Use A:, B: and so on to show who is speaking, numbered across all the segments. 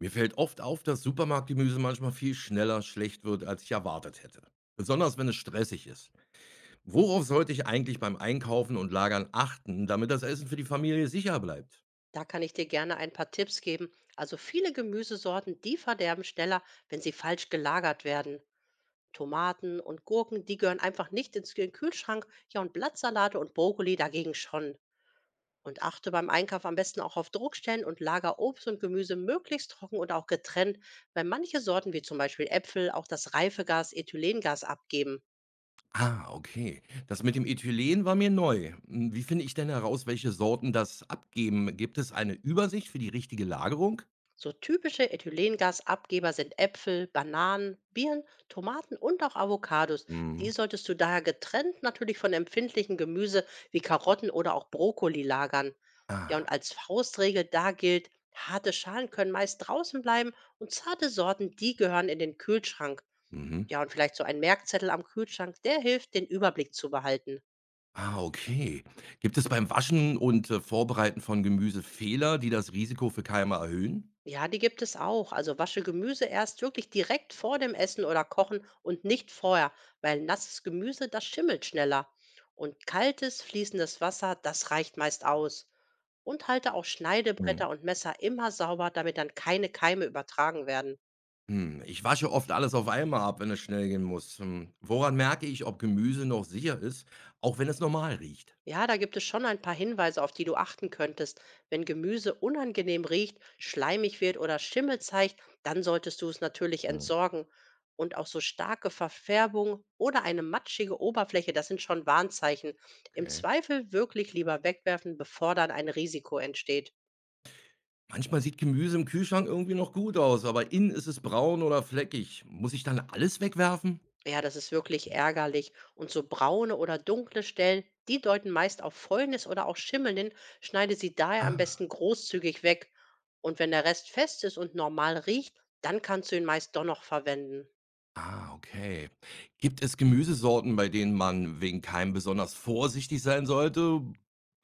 A: Mir fällt oft auf, dass Supermarktgemüse manchmal viel schneller schlecht wird, als ich erwartet hätte. Besonders wenn es stressig ist. Worauf sollte ich eigentlich beim Einkaufen und Lagern achten, damit das Essen für die Familie sicher bleibt?
B: Da kann ich dir gerne ein paar Tipps geben. Also viele Gemüsesorten, die verderben schneller, wenn sie falsch gelagert werden. Tomaten und Gurken, die gehören einfach nicht ins Kühlschrank. Ja, und Blattsalate und Brokkoli dagegen schon. Und achte beim Einkauf am besten auch auf Druckstellen und lager Obst und Gemüse möglichst trocken und auch getrennt, weil manche Sorten, wie zum Beispiel Äpfel, auch das Reifegas Ethylengas abgeben.
A: Ah, okay. Das mit dem Ethylen war mir neu. Hm, wie finde ich denn heraus, welche Sorten das abgeben? Gibt es eine Übersicht für die richtige Lagerung?
B: So typische Ethylengasabgeber sind Äpfel, Bananen, Birnen, Tomaten und auch Avocados. Die
A: Mhm.
B: solltest du daher getrennt natürlich von empfindlichen Gemüse wie Karotten oder auch Brokkoli lagern. Ja, und
A: Ah,
B: als Faustregel da gilt, harte Schalen können meist draußen bleiben und zarte Sorten, die gehören in den Kühlschrank.
A: mhm.
B: Ja, und vielleicht so ein Merkzettel am Kühlschrank, der hilft, den Überblick zu behalten.
A: Ah, okay. Gibt es beim Waschen und Vorbereiten von Gemüse Fehler, die das Risiko für Keime erhöhen?
B: Ja, die gibt es auch. Also wasche Gemüse erst wirklich direkt vor dem Essen oder Kochen und nicht vorher, weil nasses Gemüse, das schimmelt schneller. Und kaltes, fließendes Wasser, das reicht meist aus. Und halte auch Schneidebretter und Messer immer sauber, damit dann keine Keime übertragen werden.
A: Hm, ich wasche oft alles auf einmal ab, wenn es schnell gehen muss. Hm, woran merke ich, ob Gemüse noch sicher ist, auch wenn es normal riecht?
B: Ja, da gibt es schon ein paar Hinweise, auf die du achten könntest. Wenn Gemüse unangenehm riecht, schleimig wird oder Schimmel zeigt, dann solltest du es natürlich
A: Hm,
B: entsorgen. Und auch so starke Verfärbung oder eine matschige Oberfläche, das sind schon Warnzeichen. Im
A: okay.
B: Zweifel wirklich lieber wegwerfen, bevor dann ein Risiko entsteht.
A: Manchmal sieht Gemüse im Kühlschrank irgendwie noch gut aus, aber innen ist es braun oder fleckig. Muss ich dann alles wegwerfen?
B: Ja, das ist wirklich ärgerlich. Und so braune oder dunkle Stellen, die deuten meist auf Fäulnis oder auch Schimmel hin, schneide sie daher am
A: Ah.
B: besten großzügig weg. Und wenn der Rest fest ist und normal riecht, dann kannst du ihn meist doch noch verwenden.
A: Ah, okay. Gibt es Gemüsesorten, bei denen man wegen Keim besonders vorsichtig sein sollte?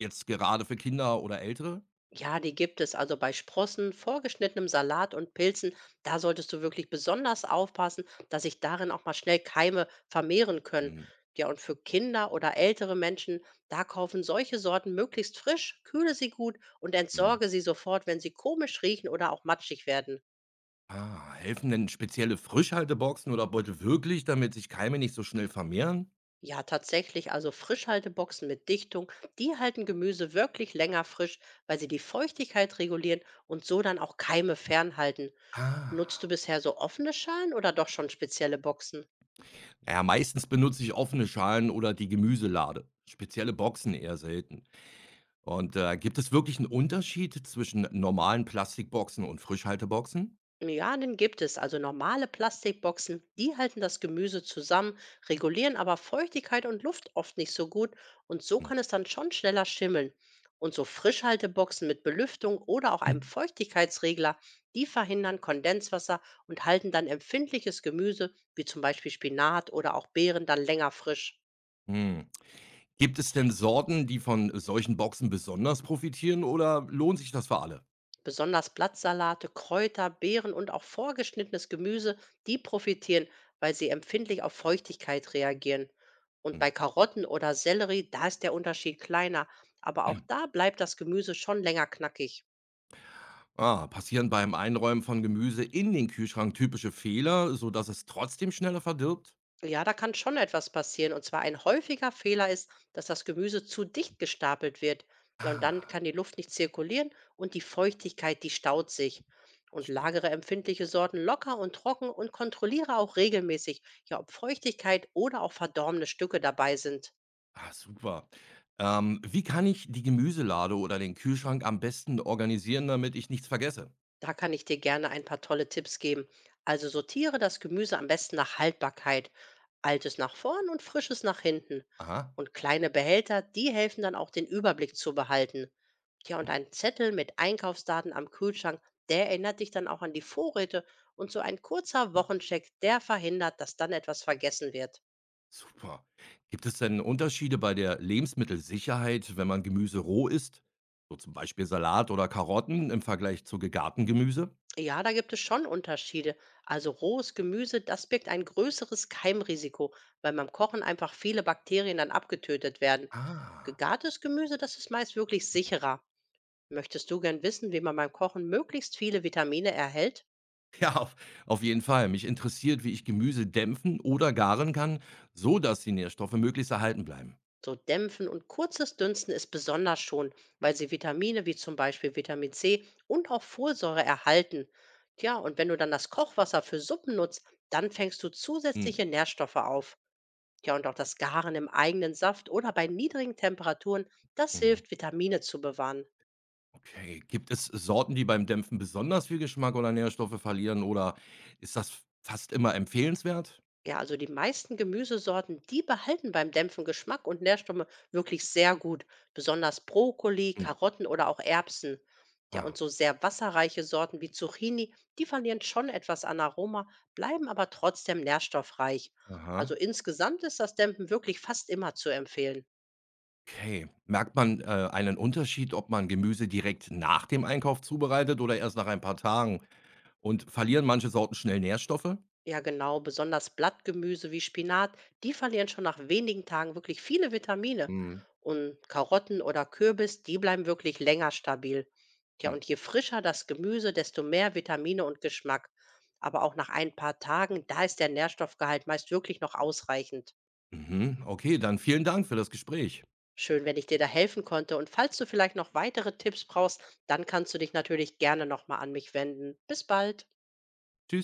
A: Jetzt gerade für Kinder oder Ältere?
B: Ja, die gibt es. Also bei Sprossen, vorgeschnittenem Salat und Pilzen, da solltest du wirklich besonders aufpassen, dass sich darin auch mal schnell Keime vermehren können.
A: Hm,
B: Ja, und für Kinder oder ältere Menschen, da kaufen solche Sorten möglichst frisch, kühle sie gut und
A: hm.
B: entsorge sie sofort, wenn sie komisch riechen oder auch matschig werden.
A: Ah, helfen denn spezielle Frischhalteboxen oder Beutel wirklich, damit sich Keime nicht so schnell vermehren?
B: Ja, tatsächlich, also Frischhalteboxen mit Dichtung, die halten Gemüse wirklich länger frisch, weil sie die Feuchtigkeit regulieren und so dann auch Keime fernhalten. Nutzt du
A: Ah.
B: bisher so offene Schalen oder doch schon spezielle Boxen?
A: Naja, meistens benutze ich offene Schalen oder die Gemüselade. Spezielle Boxen eher selten. Und gibt es wirklich einen Unterschied zwischen normalen Plastikboxen und Frischhalteboxen?
B: Ja, den gibt es. Also normale Plastikboxen, die halten das Gemüse zusammen, regulieren aber Feuchtigkeit und Luft oft nicht so gut und so
A: Hm.
B: kann es dann schon schneller schimmeln. Und so Frischhalteboxen mit Belüftung oder auch einem Feuchtigkeitsregler, die verhindern Kondenswasser und halten dann empfindliches Gemüse wie zum Beispiel Spinat oder auch Beeren dann länger frisch.
A: Hm. Gibt es denn Sorten, die von solchen Boxen besonders profitieren oder lohnt sich das für alle?
B: Besonders Blattsalate, Kräuter, Beeren und auch vorgeschnittenes Gemüse, die profitieren, weil sie empfindlich auf Feuchtigkeit reagieren. Und
A: Hm.
B: bei Karotten oder Sellerie, da ist der Unterschied kleiner, aber auch da bleibt das Gemüse schon länger knackig.
A: Ah, passieren beim Einräumen von Gemüse in den Kühlschrank typische Fehler, sodass es trotzdem schneller verdirbt?
B: Ja, da kann schon etwas passieren. Und zwar ein häufiger Fehler ist, dass das Gemüse zu dicht gestapelt wird. Ja, und dann
A: Ah,
B: kann die Luft nicht zirkulieren und die Feuchtigkeit, die staut sich. Und
A: verstehe.
B: lagere empfindliche Sorten locker und trocken und kontrolliere auch regelmäßig, ja, ob Feuchtigkeit oder auch verdorbene Stücke dabei sind.
A: Ah, super. Wie kann ich die Gemüselade oder den Kühlschrank am besten organisieren, damit ich nichts vergesse?
B: Da kann ich dir gerne ein paar tolle Tipps geben. Also sortiere das Gemüse am besten nach Haltbarkeit. Altes nach vorn und frisches nach hinten.
A: Aha.
B: Und kleine Behälter, die helfen dann auch den Überblick zu behalten. Tja, und ein Zettel mit Einkaufsdaten am Kühlschrank, der erinnert dich dann auch an die Vorräte. Und so ein kurzer
A: Mhm.
B: Wochencheck, der verhindert, dass dann etwas vergessen wird.
A: Super. Gibt es denn Unterschiede bei der Lebensmittelsicherheit, wenn man Gemüse roh isst? So zum Beispiel Salat oder Karotten im Vergleich zu gegarten Gemüse?
B: Ja, da gibt es schon Unterschiede. Also rohes Gemüse, das birgt ein größeres Keimrisiko, weil beim Kochen einfach viele Bakterien dann abgetötet werden.
A: Ah.
B: Gegartes Gemüse, das ist meist wirklich sicherer. Möchtest du gern wissen, wie man beim Kochen möglichst viele Vitamine erhält?
A: Ja, auf jeden Fall. Mich interessiert, wie ich Gemüse dämpfen oder garen kann, so dass die Nährstoffe möglichst erhalten bleiben.
B: So Dämpfen und kurzes Dünsten ist besonders schon, weil sie Vitamine wie zum Beispiel Vitamin C und auch Folsäure erhalten. Tja, und wenn du dann das Kochwasser für Suppen nutzt, dann fängst du
A: Mhm.
B: zusätzliche Nährstoffe auf. Ja, und auch das Garen im eigenen Saft oder bei niedrigen Temperaturen, das
A: Mhm.
B: hilft, Vitamine zu bewahren.
A: Okay, gibt es Sorten, die beim Dämpfen besonders viel Geschmack oder Nährstoffe verlieren oder ist das fast immer empfehlenswert?
B: Ja, also die meisten Gemüsesorten, die behalten beim Dämpfen Geschmack und Nährstoffe wirklich sehr gut. Besonders Brokkoli,
A: Hm.
B: Karotten oder auch Erbsen. Ja, und
A: Ah,
B: so sehr wasserreiche Sorten wie Zucchini, die verlieren schon etwas an Aroma, bleiben aber trotzdem nährstoffreich. Also
A: aha.
B: insgesamt ist das Dämpfen wirklich fast immer zu empfehlen.
A: Okay. Merkt man einen Unterschied, ob man Gemüse direkt nach dem Einkauf zubereitet oder erst nach ein paar Tagen? Und verlieren manche Sorten schnell Nährstoffe?
B: Ja, genau, besonders Blattgemüse wie Spinat, die verlieren schon nach wenigen Tagen wirklich viele Vitamine.
A: Hm.
B: Und Karotten oder Kürbis, die bleiben wirklich länger stabil. Ja,
A: Hm.
B: und je frischer das Gemüse, desto mehr Vitamine und Geschmack. Aber auch nach ein paar Tagen, da ist der Nährstoffgehalt meist wirklich noch ausreichend.
A: Mhm. Okay, dann vielen Dank für das Gespräch.
B: Schön, wenn ich dir da helfen konnte. Und falls du vielleicht noch weitere Tipps brauchst, dann kannst du dich natürlich gerne nochmal an mich wenden. Bis bald.
A: Tschüss.